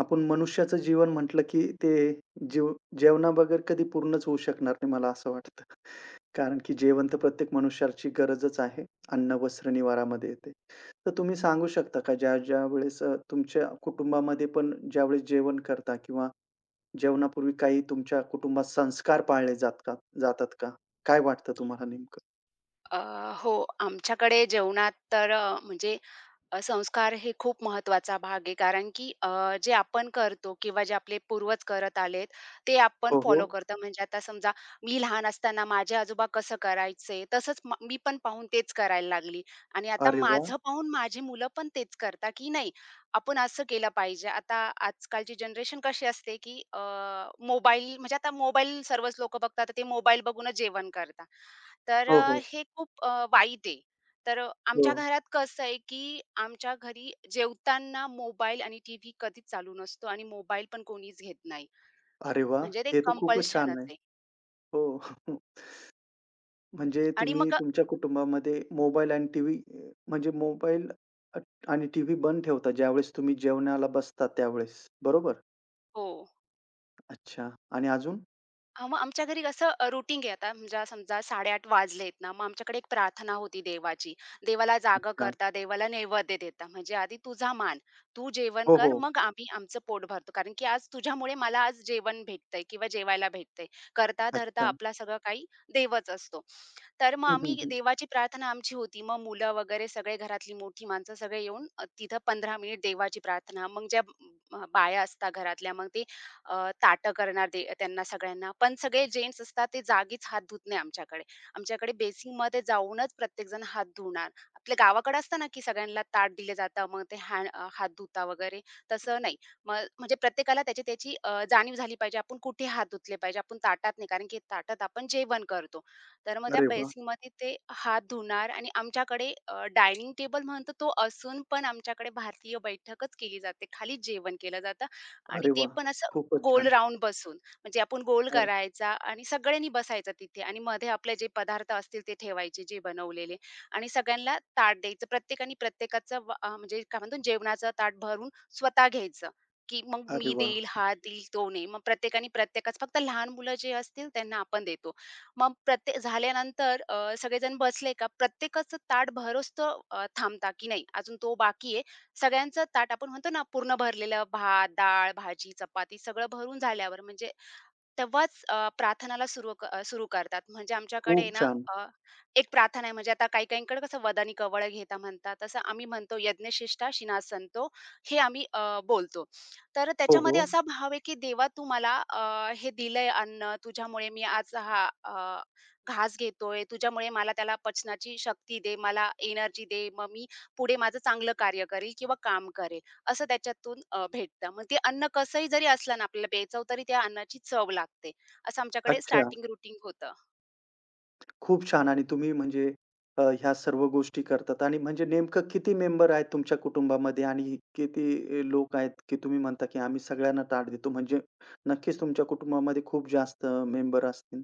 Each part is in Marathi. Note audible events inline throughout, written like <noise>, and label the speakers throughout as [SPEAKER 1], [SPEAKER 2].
[SPEAKER 1] आपण मनुष्याचं जीवन म्हटलं, की ते जेव जेवणाबगैर कधी पूर्णच होऊ शकणार नाही, मला असं वाटतं. <laughs> कारण की जेवण तर प्रत्येक मनुष्याची गरजच आहे. अन्न, वस्त्र, निवारामध्ये येते. तर तुम्ही सांगू शकता का ज्या-ज्या वेळेस तुमच्या कुटुंबामध्ये पण ज्यावेळेस जेवण करता किंवा जेवणापूर्वी काही तुमच्या कुटुंबात संस्कार पाळले जातात का? काय वाटतं तुम्हाला नेमकं?
[SPEAKER 2] अ, हो, आमच्याकडे जेवणात तर संस्कार हे खूप महत्त्वाचा भाग आहे, कारण की जे आपण करतो किंवा जे आपले पूर्वज करत आलेत, ते आपण
[SPEAKER 1] हो, हो.
[SPEAKER 2] फॉलो करतो. म्हणजे आता समजा मी लहान असताना माझे आजोबा कसं करायचे, तसंच मी पण पाहून तेच करायला लागली आणि आता
[SPEAKER 1] अरे वाह!
[SPEAKER 2] माझं पाहून माझी मुलं पण तेच करतात, की नाही आपण असं केलं पाहिजे. आता आजकालची जनरेशन कशी असते, की मोबाईल म्हणजे आता मोबाईल सर्वच लोकं बघतात, तर ते मोबाईल बघूनच जेवण करतात. तर
[SPEAKER 1] हो, हो.
[SPEAKER 2] हे खूप वाईट आहे. तर
[SPEAKER 1] हो.
[SPEAKER 2] आमच्या घरात कसं आहे, की आमच्या घरी जेवताना मोबाईल आणि टीव्ही कधीच चालू नसतो आणि मोबाईल पण कोणीच घेत नाही.
[SPEAKER 1] अरे वाह!
[SPEAKER 2] म्हणजे ते
[SPEAKER 1] हे तर खूपच छान
[SPEAKER 2] कंपल्शनच
[SPEAKER 1] आहे.
[SPEAKER 2] आहे.
[SPEAKER 1] हो.
[SPEAKER 2] हो.
[SPEAKER 1] <laughs> म्हणजे
[SPEAKER 2] आणि
[SPEAKER 1] तुम्ही
[SPEAKER 2] मग
[SPEAKER 1] तुमच्या कुटुंबामध्ये मोबाईल आणि टीव्ही म्हणजे अ, आणि टीव्ही बंद ठेवता ज्यावेळेस तुम्ही जेवणाला बसता त्यावेळेस, बरोबर?
[SPEAKER 2] हो.
[SPEAKER 1] अच्छा आणि अजून?
[SPEAKER 2] हां, मग आमच्या घरी कसं रुटीन आहे आता म्हणजे समजा 8:30 वाजलेत ना, मग आमच्याकडे एक प्रार्थना होती देवाची. देवाला जाग
[SPEAKER 1] अच्छा.
[SPEAKER 2] करता, देवाला नैवेद्य देता. म्हणजे आधी तुझा मान, तू जेवण
[SPEAKER 1] हो,
[SPEAKER 2] कर,
[SPEAKER 1] हो.
[SPEAKER 2] मग आम्ही आमचं पोट भरतो. कारण की आज तुझ्यामुळे मला आज जेवण भेटतंय किंवा जेवायला भेटतंय. करता-धरता
[SPEAKER 1] अच्छा.
[SPEAKER 2] आपला सगळं काही देवच असतो. तर मग
[SPEAKER 1] हं, हं,
[SPEAKER 2] आम्ही
[SPEAKER 1] हं.
[SPEAKER 2] देवाची प्रार्थना आमची होती. मग मुलं वगैरे सगळे घरातली मोठी माणसं सगळे येऊन तिथं 15 मिनिट देवाची प्रार्थना. मग ज्या बाया असतात घरातल्या, मग ते ताटं करणार ते त्यांना सगळ्यांना. पण सगळे जेंट्स असतात ते जागीच हात धुत नाही आमच्याकडे. आमच्याकडे बेसिंगमध्ये जाऊनच प्रत्येकजण हात धुणार. आपल्या गावाकडे असतं ना, की सगळ्यांना ताट दिलं जातं, मग ते हात धुता वगैरे, तसं नाही. मग म्हणजे प्रत्येकाला त्याची त्याची जाणीव झाली पाहिजे. आपण कुठे हात धुतले पाहिजे, आपण ताटात नाही, कारण की ताटात आपण जेवण करतो. तर मग त्या
[SPEAKER 1] अरे वाह!
[SPEAKER 2] बेसिंगमध्ये ते हात धुणार आणि आमच्याकडे डायनिंग टेबल म्हणतो तो असून पण आमच्याकडे भारतीय बैठकच केली जाते. खाली जेवण केलं जातं आणि
[SPEAKER 1] अरे
[SPEAKER 2] ते
[SPEAKER 1] वाह!
[SPEAKER 2] पण असं
[SPEAKER 1] खूपच
[SPEAKER 2] गोल
[SPEAKER 1] छान.
[SPEAKER 2] राउंड बसून. म्हणजे आपण गोल
[SPEAKER 1] अरे
[SPEAKER 2] करायचा आणि सगळ्यांनी बसायचं तिथे आणि मध्ये आपले जे पदार्थ असतील ते ठेवायचे जे बनवलेले आणि सगळ्यांना ताट द्यायचं. प्रत्येकाने प्रत्येकाचं म्हणजे काय म्हणतो जेवणाचं ताट भरून स्वतः घ्यायचं, की मग
[SPEAKER 1] अरे
[SPEAKER 2] मी
[SPEAKER 1] वाह!
[SPEAKER 2] देईल, हा देईल, तो नाही. मग प्रत्येकाने प्रत्येकाचं फक्त लहान मुलं जे असतील त्यांना आपण देतो. मग प्रत्येक झाल्यानंतर सगळेजण बसले का प्रत्येकाचं ताट भरोस्तोवर थांबता, की नाही अजून तो बाकी आहे. सगळ्यांचं ताट आपण म्हणतो ना पूर्ण भरलेलं भात, डाळ, भाजी, चपाती सगळं भरून झाल्यावर म्हणजे तेव्हाच प्रार्थनाला सुरू करतात. म्हणजे आमच्याकडे आहे
[SPEAKER 1] खूप
[SPEAKER 2] ना
[SPEAKER 1] छान.
[SPEAKER 2] अ, एक प्रार्थना आहे म्हणजे आता काही-काहींकडे कसं वदानी कवळ घेता म्हणतात. तसं आम्ही म्हणतो यज्ञशिष्टा शिनासनतो हे आम्ही बोलतो. तर
[SPEAKER 1] हो,
[SPEAKER 2] त्याच्यामध्ये
[SPEAKER 1] हो.
[SPEAKER 2] असा भाव आहे, की देवा तू मला हे दिलंय अन्न, तुझ्यामुळे मी आज हा घास घेतोय, तुझ्यामुळे मला त्याला पचण्याची शक्ती दे, मला एनर्जी दे. मग मी पुढे माझं चांगलं कार्य करेल किंवा काम करेल. असं त्याच्यातून भेटतं. मग ते अन्न कसंही जरी असलं ना, आपल्याला बेचव तरी त्या अन्नाची चव लागते. असं आमच्याकडे
[SPEAKER 1] अच्छा.
[SPEAKER 2] स्टार्टिंग रुटीन होतं.
[SPEAKER 1] खूप छान आणि तुम्ही म्हणजे ह्या सर्व गोष्टी करतात आणि म्हणजे नेमकं किती मेंबर आहेत तुमच्या कुटुंबामध्ये आणि किती लोक आहेत, की तुम्ही म्हणता, की आम्ही सगळ्यांना ताट देतो? म्हणजे नक्कीच तुमच्या कुटुंबामध्ये खूप जास्त मेंबर असतील.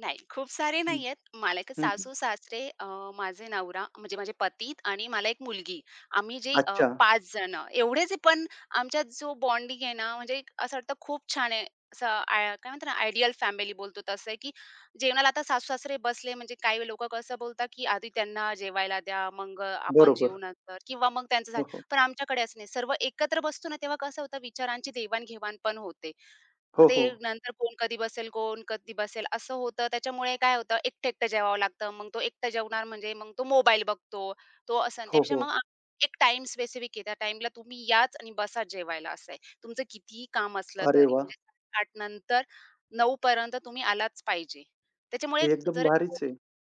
[SPEAKER 2] नाही, खूप सारे
[SPEAKER 1] हं,
[SPEAKER 2] नाहीयेत. मला एक
[SPEAKER 1] हं, हं.
[SPEAKER 2] सासू-सासरे, माझे नवरा म्हणजे माझे पती आणि मला एक मुलगी. आम्ही जे
[SPEAKER 1] अच्छा.
[SPEAKER 2] 5 जणं एवढेच आहे, पण आमच्यात जो बॉन्डिंग आहे ना, म्हणजे एक असं वाटतं खूप छान आहे. असं काय म्हणतात ना, आयडियल फॅमिली बोलतो तसं आहे, की जेवणाला आता सासू-सासरे बसले म्हणजे काही लोकं कसं बोलतात, की आधी त्यांना जेवायला द्या, मग आपण जेवू
[SPEAKER 1] बरोबर.
[SPEAKER 2] नंतर किंवा मग त्यांचं
[SPEAKER 1] हो,
[SPEAKER 2] झालं.
[SPEAKER 1] हो.
[SPEAKER 2] पण आमच्याकडे असं नाही. सर्व एकत्र बसतो ना, तेव्हा कसं होतं विचारांची देवाण पण होते.
[SPEAKER 1] हो,
[SPEAKER 2] ते
[SPEAKER 1] हो.
[SPEAKER 2] नंतर कोण कधी बसेल, कोण कधी बसेल असं होतं. त्याच्यामुळे काय होतं एकटं-एकटं जेवावं लागतं. मग तो एकटा जेवणार म्हणजे मग तो मोबाईल बघतो. तो असं आणि
[SPEAKER 1] हो,
[SPEAKER 2] त्यापेक्षा
[SPEAKER 1] हो.
[SPEAKER 2] एक टाईम स्पेसिफिक आहे. त्या टाईमला तुम्ही याच आणि बसा जेवायला असं आहे. तुमचं कितीही काम असलं
[SPEAKER 1] अरे
[SPEAKER 2] तरी
[SPEAKER 1] वाह!
[SPEAKER 2] म्हणजे 8:00 नंतर 9:00 पर्यंत तुम्ही आलाच पाहिजे. त्याच्यामुळे
[SPEAKER 1] हे एकदम
[SPEAKER 2] जर
[SPEAKER 1] भारीच आहे.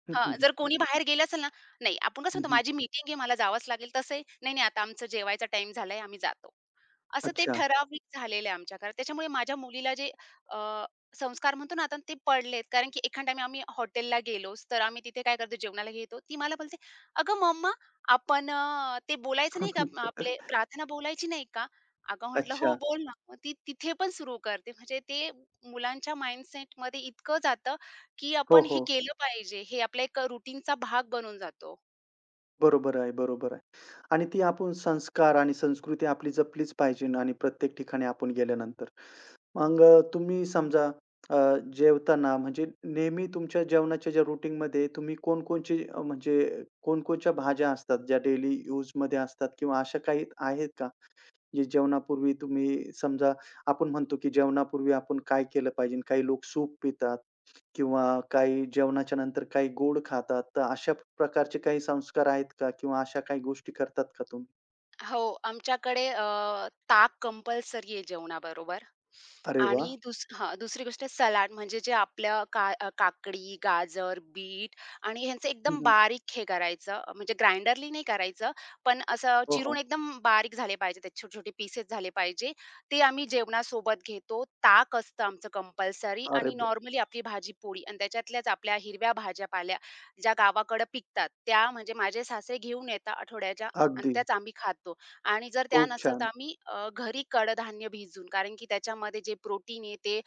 [SPEAKER 1] हं,
[SPEAKER 2] हां,
[SPEAKER 1] हं.
[SPEAKER 2] जर कोणी बाहेर गेलं असेल ना, नाही आपण कसं
[SPEAKER 1] हं,
[SPEAKER 2] म्हणतो
[SPEAKER 1] हं.
[SPEAKER 2] माझी मीटिंग आहे मला जावंच लागेल, तसं आहे, नाही, नाही आता आमचं जेवायचा टाईम झालाय आम्ही जातो. असं ते
[SPEAKER 1] अच्छा.
[SPEAKER 2] ठराविक झालेलं आहे आमच्या घरात. त्याच्यामुळे माझ्या मुलीला जे अ, संस्कार म्हणतो ना आता ते पडलेत. कारण की एखाद टाईम आम्ही हॉटेलला गेलोच, तर आम्ही तिथे काय करतो जेवणाला घेतो. ती मला बोलते, "अगं मम्मा आपण ते बोलायचं नाही का आपले
[SPEAKER 1] <laughs>
[SPEAKER 2] प्रार्थना बोलायची नाही का?" अगं म्हटलं, "हो
[SPEAKER 1] अच्छा.
[SPEAKER 2] बोल ना." मग ती तिथे पण सुरू करते. म्हणजे ते मुलांच्या माइंडसेटमध्ये इतकं जातं की
[SPEAKER 1] हो,
[SPEAKER 2] आपण हे
[SPEAKER 1] हो.
[SPEAKER 2] केलं पाहिजे. हे आपल्या एक रुटीनचा भाग बनून जातो.
[SPEAKER 1] बरोबर आहे, बरोबर आहे. आणि ती आपण संस्कार आणि संस्कृती आपली जपलीच पाहिजे आणि प्रत्येक ठिकाणी आपण गेल्यानंतर. मग तुम्ही समजा अ, जेवताना म्हणजे नेहमी तुमच्या जेवणाच्या ज्या रूटीनमध्ये तुम्ही कोणकोणची म्हणजे कोणकोणच्या भाज्या असतात ज्या डेली यूजमध्ये असतात किंवा अशा काही आहेत का? जे जेवणापूर्वी तुम्ही समजा आपण म्हणतो, की जेवणापूर्वी आपण काय केलं पाहिजे? काही लोक सूप पितात किंवा काही जेवणाच्या नंतर काही गोड खातात. तर अशा प्रकारचे काही संस्कार आहेत का? किंवा अशा काही गोष्टी करतात का तुम्ही?
[SPEAKER 2] हो, आमच्याकडे ताक कंपल्सरी आहे जेवणाबरोबर
[SPEAKER 1] अरे वाह!
[SPEAKER 2] आणि दुसरी गोष्ट सलाड म्हणजे जे आपलं काकडी, गाजर, बीट आणि ह्यांचं
[SPEAKER 1] हं,
[SPEAKER 2] एकदम
[SPEAKER 1] हं.
[SPEAKER 2] बारीक हे करायचं म्हणजे ग्राइंडरली नाही करायचं, पण असं
[SPEAKER 1] हो,
[SPEAKER 2] चिरून
[SPEAKER 1] हो.
[SPEAKER 2] एकदम बारीक झाले पाहिजे. त्याचे छोटे-छोटे पीसेस झाले पाहिजे. ते आम्ही जेवणासोबत घेतो. ताक असतं आमचं कंपल्सरी
[SPEAKER 1] अरे
[SPEAKER 2] आणि
[SPEAKER 1] वाह!
[SPEAKER 2] नॉर्मली आपली भाजी-पोळी आणि त्याच्यातल्याच आपल्या हिरव्या भाज्या-पाल्या ज्या गावाकडं पिकतात, त्या म्हणजे माझे सासरे घेऊन येतात आठवड्याच्या आणि
[SPEAKER 1] अगदी.
[SPEAKER 2] त्याच आम्ही खातो आणि जर त्या
[SPEAKER 1] खूप
[SPEAKER 2] नसेल तर
[SPEAKER 1] छान.
[SPEAKER 2] आम्ही घरी कडधान्य भिजून कारण की त्याच्यामध्ये जे प्रोटीन आहे ते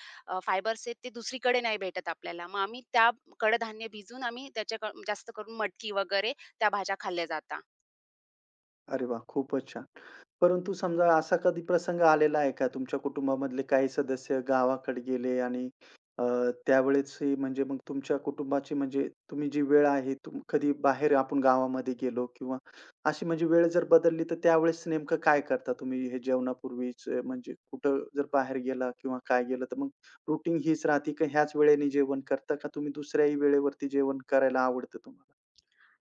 [SPEAKER 2] फायबर्स आहेत ते दुसरीकडे नाही भेटत आपल्याला. मग आम्ही त्या कडधान्य भिजून आम्ही जास्त करून मटकी वगैरे त्या भाज्या खाल्ल्या जातात.
[SPEAKER 1] अरे वाह! खूपच छान. परंतु समजा असा कधी प्रसंग आलेला आहे का तुमच्या कुटुंबामधले काही सदस्य गावाकडे गेले आणि अ, त्यावेळेसही म्हणजे मग तुमच्या कुटुंबाची म्हणजे तुम्ही जी वेळ आहे कधी बाहेर आपण गावामध्ये गेलो किंवा अशी म्हणजे वेळ जर बदलली तर त्यावेळेस नेमकं काय करता तुम्ही? हे जेवणापूर्वीच म्हणजे कुठं जर बाहेर गेला किंवा काय गेलं तर मग रुटीन हीच राहते का ह्याच वेळेने जेवण करता का तुम्ही दुसऱ्याही वेळेवरती जेवण करायला आवडतं तुम्हाला?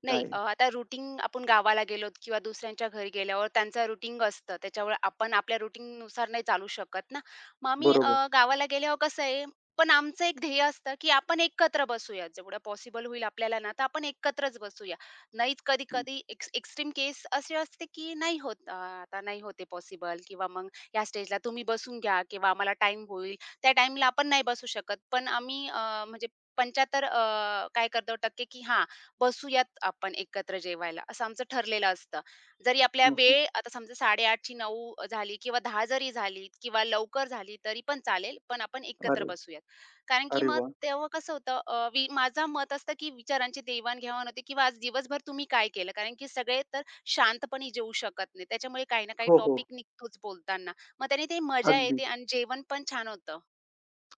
[SPEAKER 1] काय
[SPEAKER 2] आता रुटीन आपण गावाला गेलोत किंवा दुसऱ्यांच्या घरी गेल्यावर त्यांचं रुटीन असतं. त्याच्यामुळे आपण आपल्या रुटीननुसार नाही चालू शकत ना. मग आम्ही
[SPEAKER 1] बरोबर.
[SPEAKER 2] गावाला गेल्यावर कसं आहे, पण आमचं एक ध्येय असतं, की आपण एकत्र बसूया. जेवढं पॉसिबल होईल आपल्याला ना, तर आपण एकत्रच बसूया. नाहीच
[SPEAKER 1] हं.
[SPEAKER 2] कधी-कधी एक्स्ट्रीम केस अशी असते, की आता नाही होत पॉसिबल किंवा मग या स्टेजला तुम्ही बसून घ्या किंवा आम्हाला टाईम होईल. त्या टाईमला आपण नाही बसू शकत. पण आम्ही म्हणजे 75 काय करतो टक्के, की हां, बसूयात आपण एकत्र जेवायला, असं आमचं ठरलेलं असतं. जरी आपल्या
[SPEAKER 1] हं, हं.
[SPEAKER 2] वेळ आता समजा 8:30ची 9 झाली किंवा 10 जरी झाली किंवा लवकर झाली तरी पण चालेल, पण आपण एकत्र
[SPEAKER 1] अरे,
[SPEAKER 2] बसूयात. कारण की
[SPEAKER 1] अरे
[SPEAKER 2] मग
[SPEAKER 1] वाह!
[SPEAKER 2] तेव्हा कसं होतं अ, वि माझं मत असतं की विचारांची देवाण-घेवाण होते किंवा आज दिवसभर तुम्ही काय केलं? कारण की सगळे तर शांतपणे जेवू शकत नाही. त्याच्यामुळे काही ना काही
[SPEAKER 1] हो, हो.
[SPEAKER 2] टॉपिक निघतोच बोलताना. मग त्याने ते मजा
[SPEAKER 1] अगदी.
[SPEAKER 2] येते आणि जेवण पण छान होतं.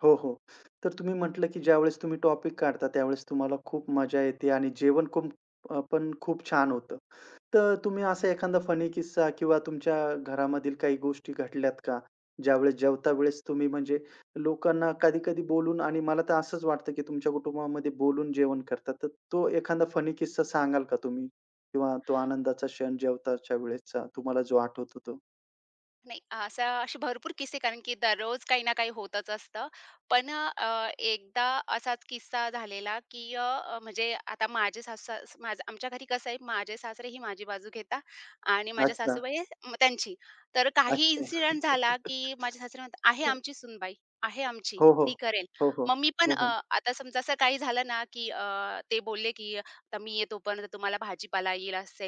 [SPEAKER 1] हो, हो. तर तुम्ही म्हटलं, की ज्यावेळेस तुम्ही टॉपिक काढता, त्यावेळेस तुम्हाला खूप मजा येते आणि जेवण पण खूप छान होतं. तर तुम्ही असा एखादा फनी किस्सा किंवा तुमच्या घरामधील काही गोष्टी घडल्यात का? ज्यावेळेस जेवता वेळेस तुम्ही म्हणजे लोकांना कधी-कधी बोलून आणि मला तर असंच वाटतं, की तुमच्या कुटुंबामध्ये बोलून जेवण करतात. तर तो एखादा फनी किस्सा सांगाल का तुम्ही? किंवा तो आनंदाचा क्षण जेवताच्या वेळेसचा तुम्हाला जो आठवतो तो?
[SPEAKER 2] नाही, असा असे भरपूर किस्से कारण की दररोज काही ना काही होतच असतं. पण एकदा असाच किस्सा झालेला, की म्हणजे आता माझे सासू माझं आमच्या घरी कसं आहे, माझे सासरे ही माझी बाजू घेतात आणि माझ्या
[SPEAKER 1] अच्छा,
[SPEAKER 2] सासूबाई मग त्यांची. तर काही
[SPEAKER 1] अच्छा.
[SPEAKER 2] इन्सिडेंट झाला, की
[SPEAKER 1] <laughs>
[SPEAKER 2] माझे सासरे म्हणतात, "आहे आमची सूनबाई, आहे आमची,
[SPEAKER 1] हो, हो.
[SPEAKER 2] ती करेल."
[SPEAKER 1] हो, हो.
[SPEAKER 2] मग मी पण
[SPEAKER 1] हो, हो.
[SPEAKER 2] आता समजा असं काही झालं ना, की ते बोलले, की "आता मी येतोपर्यंत तुम्हाला भाजीपाला येईल, असं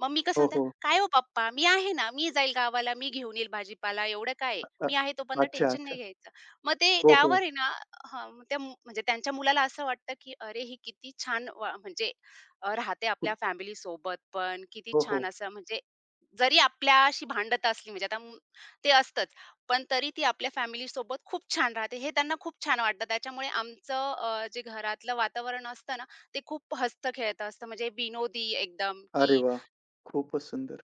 [SPEAKER 2] मग मी
[SPEAKER 1] हो,
[SPEAKER 2] कसं
[SPEAKER 1] हो.
[SPEAKER 2] "काय हो पप्पा, मी आहे ना, मी जाईल गावाला, मी घेऊन येईल भाजीपाला, एवढं काय आहे?
[SPEAKER 1] अ,
[SPEAKER 2] मी आहे तोपर्यंत
[SPEAKER 1] अच्छा,
[SPEAKER 2] टेन्शन नाही
[SPEAKER 1] अच्छा.
[SPEAKER 2] घ्यायचं." मग ते
[SPEAKER 1] हो,
[SPEAKER 2] त्यावर
[SPEAKER 1] हो.
[SPEAKER 2] आहे ना हां, मग म्हणजे त्यांच्या मुलाला असं वाटतं, की अरे, ही किती छान वा म्हणजे राहते आपल्या
[SPEAKER 1] खूप
[SPEAKER 2] फॅमिलीसोबत पण किती
[SPEAKER 1] हो,
[SPEAKER 2] छान
[SPEAKER 1] हो.
[SPEAKER 2] असं म्हणजे जरी आपल्याशी भांडत असली म्हणजे आता म ते असतंच, पण तरी ती आपल्या फॅमिलीसोबत खूप छान राहते, हे त्यांना खूप छान वाटतं. त्याच्यामुळे आमचं जे घरातलं वातावरण असतं ना, ते खूप हसतं-खेळतं असतं म्हणजे विनोदी एकदम,
[SPEAKER 1] अरे
[SPEAKER 2] की
[SPEAKER 1] वाह! खूपच सुंदर.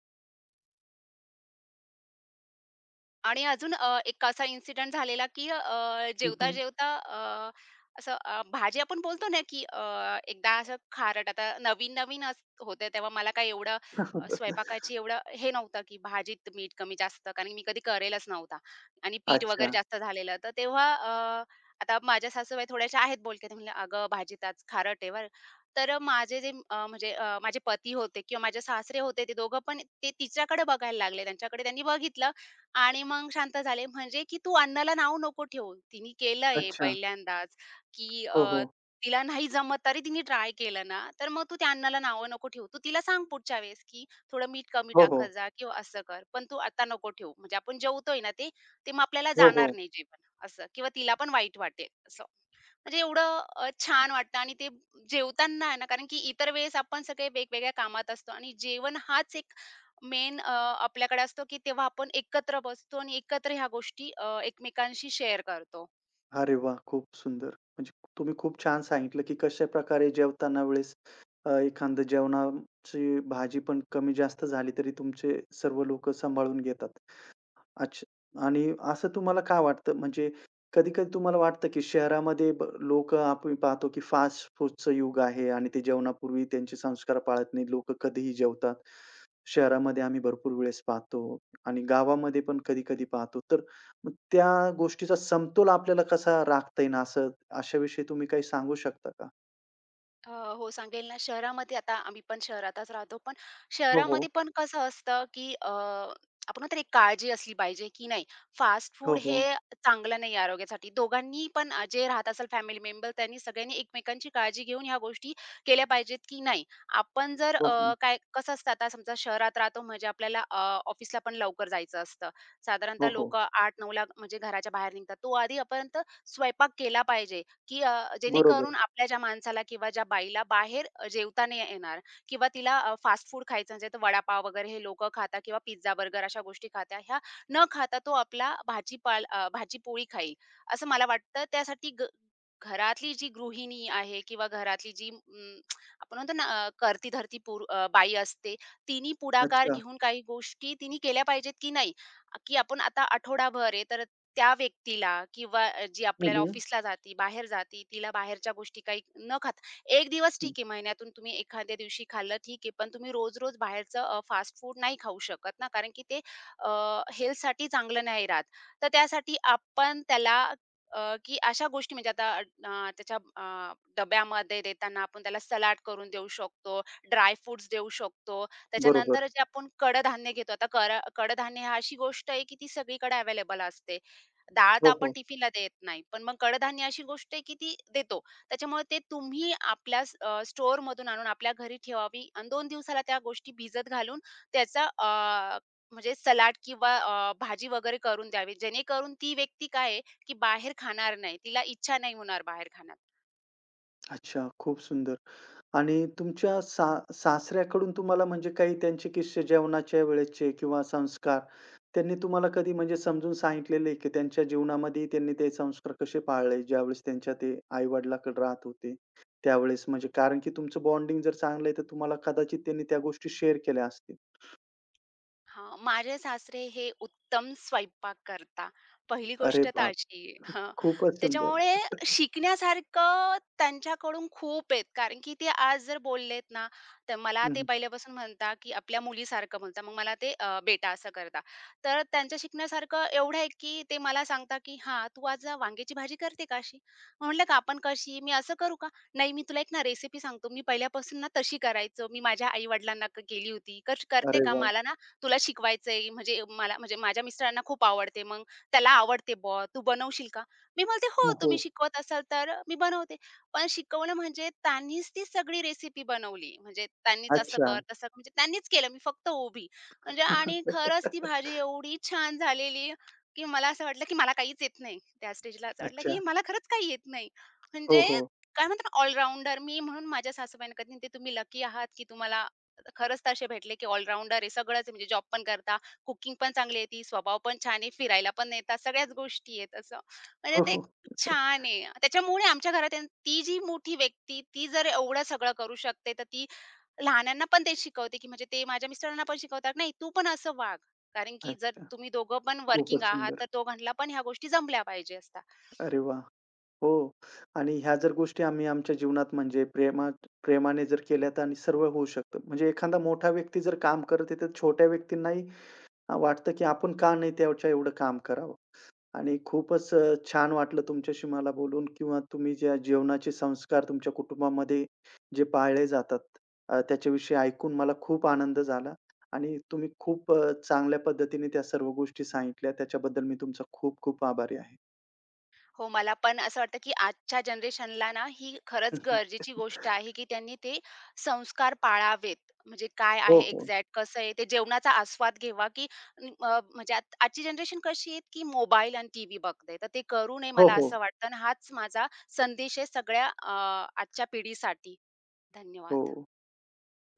[SPEAKER 2] आणि अजून एक असा इन्सिडेंट झालेला, की
[SPEAKER 1] <laughs> हं, हं.
[SPEAKER 2] जेवता-जेवता असं भाजी आपण बोलतो ना, की एकदा असं खारट आता नवीन-नवीन अस होते तेव्हा मला काही एवढं स्वयंपाकाची एवढं हे नव्हतं, की भाजीत मीठ कमी जास्त कारण मी कधी करेलच नव्हता आणि पीठ वगैरे
[SPEAKER 1] अच्छा,
[SPEAKER 2] जास्त झालेलं. तर तेव्हा आता माझ्या सासूबाई थोड्याशा आहेत बोलक्या. त्या म्हणल्या, "अगं भाजीत आज खारट आहे बरं." तर माझे जे माझे पती होते किंवा माझे सासरे होते, ते दोघं पण ते तिच्याकडे बघायला लागले. त्यांच्याकडे त्यांनी बघितलं आणि मग शांत झाले. म्हणजे की तू अन्नाला नाव नको ठेवू. तिने केलंय
[SPEAKER 1] अच्छा.
[SPEAKER 2] पहिल्यांदाच, की
[SPEAKER 1] हो, हो.
[SPEAKER 2] तिला नाही जमत तरी तिने ट्राय केलं ना, तर मग तू त्या अन्नाला नावं नको ठेवू. तू तिला सांग पुढच्या वेळेस, की थोडं मीठ कमी
[SPEAKER 1] हो,
[SPEAKER 2] टाकत
[SPEAKER 1] हो.
[SPEAKER 2] जा किंवा असं कर. पण तू आता नको ठेवू. म्हणजे आपण जेवतोय ना ते, ते मग आपल्याला
[SPEAKER 1] हो,
[SPEAKER 2] जाणार
[SPEAKER 1] हो.
[SPEAKER 2] नाही जेवण असं किंवा तिला पण वाईट वाटेल असं. म्हणजे एवढं छान वाटतं आणि ते जेवताना आहे ना कारण की इतर वेळेस आपण सगळे वेगवेगळ्या कामात असतो आणि जेवण हाच एक मेन आपल्याकडे असतो, की तेव्हा आपण एकत्र बसतो आणि एकत्र ह्या गोष्टी एकमेकांशी शेअर करतो.
[SPEAKER 1] अरे वाह! खूप सुंदर. म्हणजे तुम्ही खूप छान सांगितलं, की कशाप्रकारे जेवताना वेळेस एखादं जेवणाची भाजी पण कमी जास्त झाली तरी तुमचे सर्व लोकं सांभाळून घेतात. अच्छा आणि असं तुम्हाला का वाटतं? म्हणजे कधी-कधी तुम्हाला वाटतं, की शहरामध्ये लोकं आपण पाहतो, की फास्ट फूडचं युग आहे आणि ते जेवणापूर्वी त्यांचे संस्कार पाळत नाही. लोक कधीही जेवतात. शहरामध्ये आम्ही भरपूर वेळेस पाहतो आणि गावामध्ये पण कधी-कधी पाहतो. तर मग त्या गोष्टीचा समतोल आपल्याला कसा राखता येईल असं अशाविषयी तुम्ही काही सांगू शकता का?
[SPEAKER 2] अ, हो सांगेल ना. शहरामध्ये आता आम्ही पण शहरातच राहतो. पण
[SPEAKER 1] हो, हो.
[SPEAKER 2] शहरामध्ये पण कसं असतं, की आपण म्हणतो एक काळजी असली पाहिजे, की नाही फास्ट
[SPEAKER 1] हो,
[SPEAKER 2] फूड हे
[SPEAKER 1] हो.
[SPEAKER 2] चांगलं नाही आरोग्यासाठी. दोघांनी पण जे राहत असेल फॅमिली मेंबर त्यांनी सगळ्यांनी एकमेकांची काळजी घेऊन ह्या गोष्टी केल्या पाहिजेत, की नाही. आपण जर
[SPEAKER 1] हो, हो.
[SPEAKER 2] काय कसं असतं आता समजा शहरात राहतो म्हणजे आपल्याला ऑफिसला पण लवकर जायचं असतं. साधारणतः
[SPEAKER 1] हो, हो.
[SPEAKER 2] लोकं 8-9 म्हणजे घराच्या बाहेर निघतात. तो आधी स्वयंपाक केला पाहिजे. की
[SPEAKER 1] बरोबर.
[SPEAKER 2] जेणेकरून आपल्या ज्या माणसाला किंवा ज्या बाईला बाहेर जेवता नाही येणार किंवा तिला फास्ट फूड खायचं म्हणजे तर वडापाव वगैरे हे लोक खातात किंवा पिझ्झा बर्गर अशा गोष्टी खाता ह्या न खाता तो आपला भाजीपोळी खाईल असं मला वाटतं. त्यासाठी घरातली जी गृहिणी आहे किंवा घरातली जी आपण म्हणतो ना करती धरती बाई असते, तिने पुढाकार
[SPEAKER 1] अच्छा.
[SPEAKER 2] घेऊन काही गोष्टी तिने केल्या पाहिजेत की नाही, की आपण आता आठवडाभर आहे तर त्या व्यक्तीला किंवा जी
[SPEAKER 1] हं,
[SPEAKER 2] आपल्याला
[SPEAKER 1] हं.
[SPEAKER 2] ऑफिसला जाती, बाहेर जाती, तिला बाहेरच्या गोष्टी काही न खाता एक दिवस ठीक आहे, महिन्यातून तुम्ही एखाद्या दिवशी खाल्लं ठीक आहे, पण तुम्ही रोज-रोज बाहेरचं फास्ट फूड नाही खाऊ शकत ना, कारण की ते अ, हेल्थसाठी चांगलं नाही राहत. तर त्यासाठी आपण त्याला की अशा गोष्टी म्हणजे त्याच्या डब्यामध्ये देताना आपण त्याला सलाड करून देऊ शकतो, ड्राय फ्रुट्स देऊ शकतो.
[SPEAKER 1] बरोबर.
[SPEAKER 2] त्याच्यानंतर जे आपण कडधान्य घेतो, आता कर कडधान्य ही अशी गोष्ट आहे, की ती सगळीकडे अवेलेबल असते. डाळ तर
[SPEAKER 1] हो,
[SPEAKER 2] आपण
[SPEAKER 1] हो.
[SPEAKER 2] टिफिनला देत नाही. पण मग कडधान्य अशी गोष्ट आहे की ती देतो. त्याच्यामुळे ते तुम्ही आपल्या स्टोअरमधून आणून आपल्या घरी ठेवावी आणि 2 दिवसाला त्या गोष्टी भिजत घालून त्याचा अ, म्हणजे सलाड किंवा भाजी वगैरे करून द्यावी. जेणेकरून ती व्यक्ती काय आहे की बाहेर खाणार नाही. तिला इच्छा नाही होणार बाहेर खाण्यात.
[SPEAKER 1] अच्छा. खूप सुंदर. आणि तुमच्या सा सासऱ्याकडून तुम्हाला म्हणजे काही त्यांचे किस्से जेवणाच्या वेळेचे किंवा संस्कार, त्यांनी तुम्हाला कधी म्हणजे समजून सांगितलेलं की त्यांच्या जीवनामध्ये त्यांनी ते संस्कार कसे पाळले, ज्यावेळेस त्यांच्या ते आई-वडिलाकडे राहत होते, त्यावेळेस? म्हणजे कारण की तुमचं बॉन्डिंग जर चांगलं आहे, तर तुम्हाला कदाचित त्यांनी त्या गोष्टी शेअर केल्या असतील.
[SPEAKER 2] हां, माझे सासरे हे उत्तम स्वयंपाक करता. पहिली
[SPEAKER 1] अरे
[SPEAKER 2] गोष्ट तर
[SPEAKER 1] बाप!
[SPEAKER 2] अशी हां,
[SPEAKER 1] खूपच सुंदर.
[SPEAKER 2] त्याच्यामुळे शिकण्यासारखं त्यांच्याकडून खूप आहेत. कारण की ते आज जर बोललेत ना, तर मला
[SPEAKER 1] हं,
[SPEAKER 2] ते
[SPEAKER 1] हं.
[SPEAKER 2] पहिल्यापासून म्हणता, की आपल्या मुलीसारखं म्हणता. मग मला ते बेटा असं करता. तर त्यांचं शिकण्यासारखं एवढं आहे, की ते मला सांगता, की "हां, तू आज वांग्याची भाजी करते का अशी?" म्हटलं, "का आपण कशी? मी असं करू का?" "नाही, मी तुला एक ना रेसिपी सांगतो. मी पहिल्यापासून ना तशी करायचो. मी माझ्या आई-वडिलांना केली होती. कर करते
[SPEAKER 1] अरे
[SPEAKER 2] का?
[SPEAKER 1] वाह!
[SPEAKER 2] मला ना तुला शिकवायचंय म्हणजे मला म्हणजे माझ्या मिस्टरांना खूप आवडते, मग त्याला आवडते बुवा, तू बनवशील का? मी बोलते, "हो,
[SPEAKER 1] हो,
[SPEAKER 2] तुम्ही
[SPEAKER 1] हो.
[SPEAKER 2] शिकवत असाल तर मी बनवते." पण शिकवणं म्हणजे त्यांनीच ती सगळी रेसिपी बनवली. म्हणजे त्यांनीच असं
[SPEAKER 1] अच्छा.
[SPEAKER 2] कर, तसं कर म्हणजे त्यांनीच केलं. मी फक्त उभी. म्हणजे आणि खरंच ती भाजी एवढी छान झालेली, की मला असं वाटलं, की मला काहीच येत नाही. त्या स्टेजला असं वाटलं, की
[SPEAKER 1] अच्छा.
[SPEAKER 2] मला खरंच काही येत नाही.
[SPEAKER 1] हो,
[SPEAKER 2] म्हणजे
[SPEAKER 1] हो.
[SPEAKER 2] काय म्हणतात ना मी म्हणून माझ्या सासूबाईंना कधी म्हणते, "तुम्ही लकी आहात, की तुम्हाला खरंच तर भेटले, की ऑलराउंडर आहे. सगळंच आहे म्हणजे जॉब पण करता, कुकिंग पण चांगली येते, स्वभाव पण छान आहे, फिरायला पण नेतात, सगळ्याच गोष्टी आहेत असं. म्हणजे
[SPEAKER 1] हो,
[SPEAKER 2] ते
[SPEAKER 1] हो.
[SPEAKER 2] छान आहे. त्याच्यामुळे आमच्या घरात आहे ना, ती जी मोठी व्यक्ती, ती जर एवढं सगळं करू शकते, तर ती लहानांना पण तेच शिकवते, की म्हणजे ते माझ्या मिस्टरांना पण शिकवतात, "नाही, तू पण असं वाग." कारण की जर
[SPEAKER 1] अच्छा.
[SPEAKER 2] तुम्ही दोघं पण वर्किंग
[SPEAKER 1] खूपच
[SPEAKER 2] आहात,
[SPEAKER 1] सुंदर.
[SPEAKER 2] तर दोघांना पण ह्या गोष्टी जमल्या पाहिजे असतात.
[SPEAKER 1] अरे वाह! हो. आणि ह्या जर गोष्टी आम्ही आमच्या जीवनात म्हणजे प्रेमाने जर केल्या तर आणि सर्व होऊ शकतं. म्हणजे एखादा मोठा व्यक्ती जर काम करत आहे, तर छोट्या व्यक्तींनाही वाटतं, की आपण का नाही त्याच्या एवढं काम करावं? आणि छान वाटलं तुमच्याशी मला बोलून किंवा तुम्ही ज्या जेवणाचे संस्कार तुमच्या कुटुंबामध्ये जे पाळले जातात त्याच्याविषयी ऐकून मला खूप आनंद झाला आणि तुम्ही चांगल्या पद्धतीने त्या सर्व गोष्टी सांगितल्या. त्याच्याबद्दल मी तुमचा खूप खूप आभारी आहे.
[SPEAKER 2] हो, मला पण असं वाटतं, की आजच्या जनरेशनला ना, ही खरंच
[SPEAKER 1] <laughs>
[SPEAKER 2] गरजेची गोष्ट आहे, की त्यांनी ते संस्कार पाळावेत. म्हणजे काय
[SPEAKER 1] हो,
[SPEAKER 2] आहे
[SPEAKER 1] हो.
[SPEAKER 2] एक्झॅक्ट कसं आहे, ते जेवणाचा आस्वाद घ्यावा, की म्हणजे आज आजची जनरेशन कशी आहे, की मोबाईल आणि टीव्ही बघते. तर ते करू नये
[SPEAKER 1] हो,
[SPEAKER 2] मला
[SPEAKER 1] हो.
[SPEAKER 2] असं वाटतं आणि हाच माझा संदेश आहे सगळ्या आजच्या पिढीसाठी.
[SPEAKER 1] हो.
[SPEAKER 2] धन्यवाद.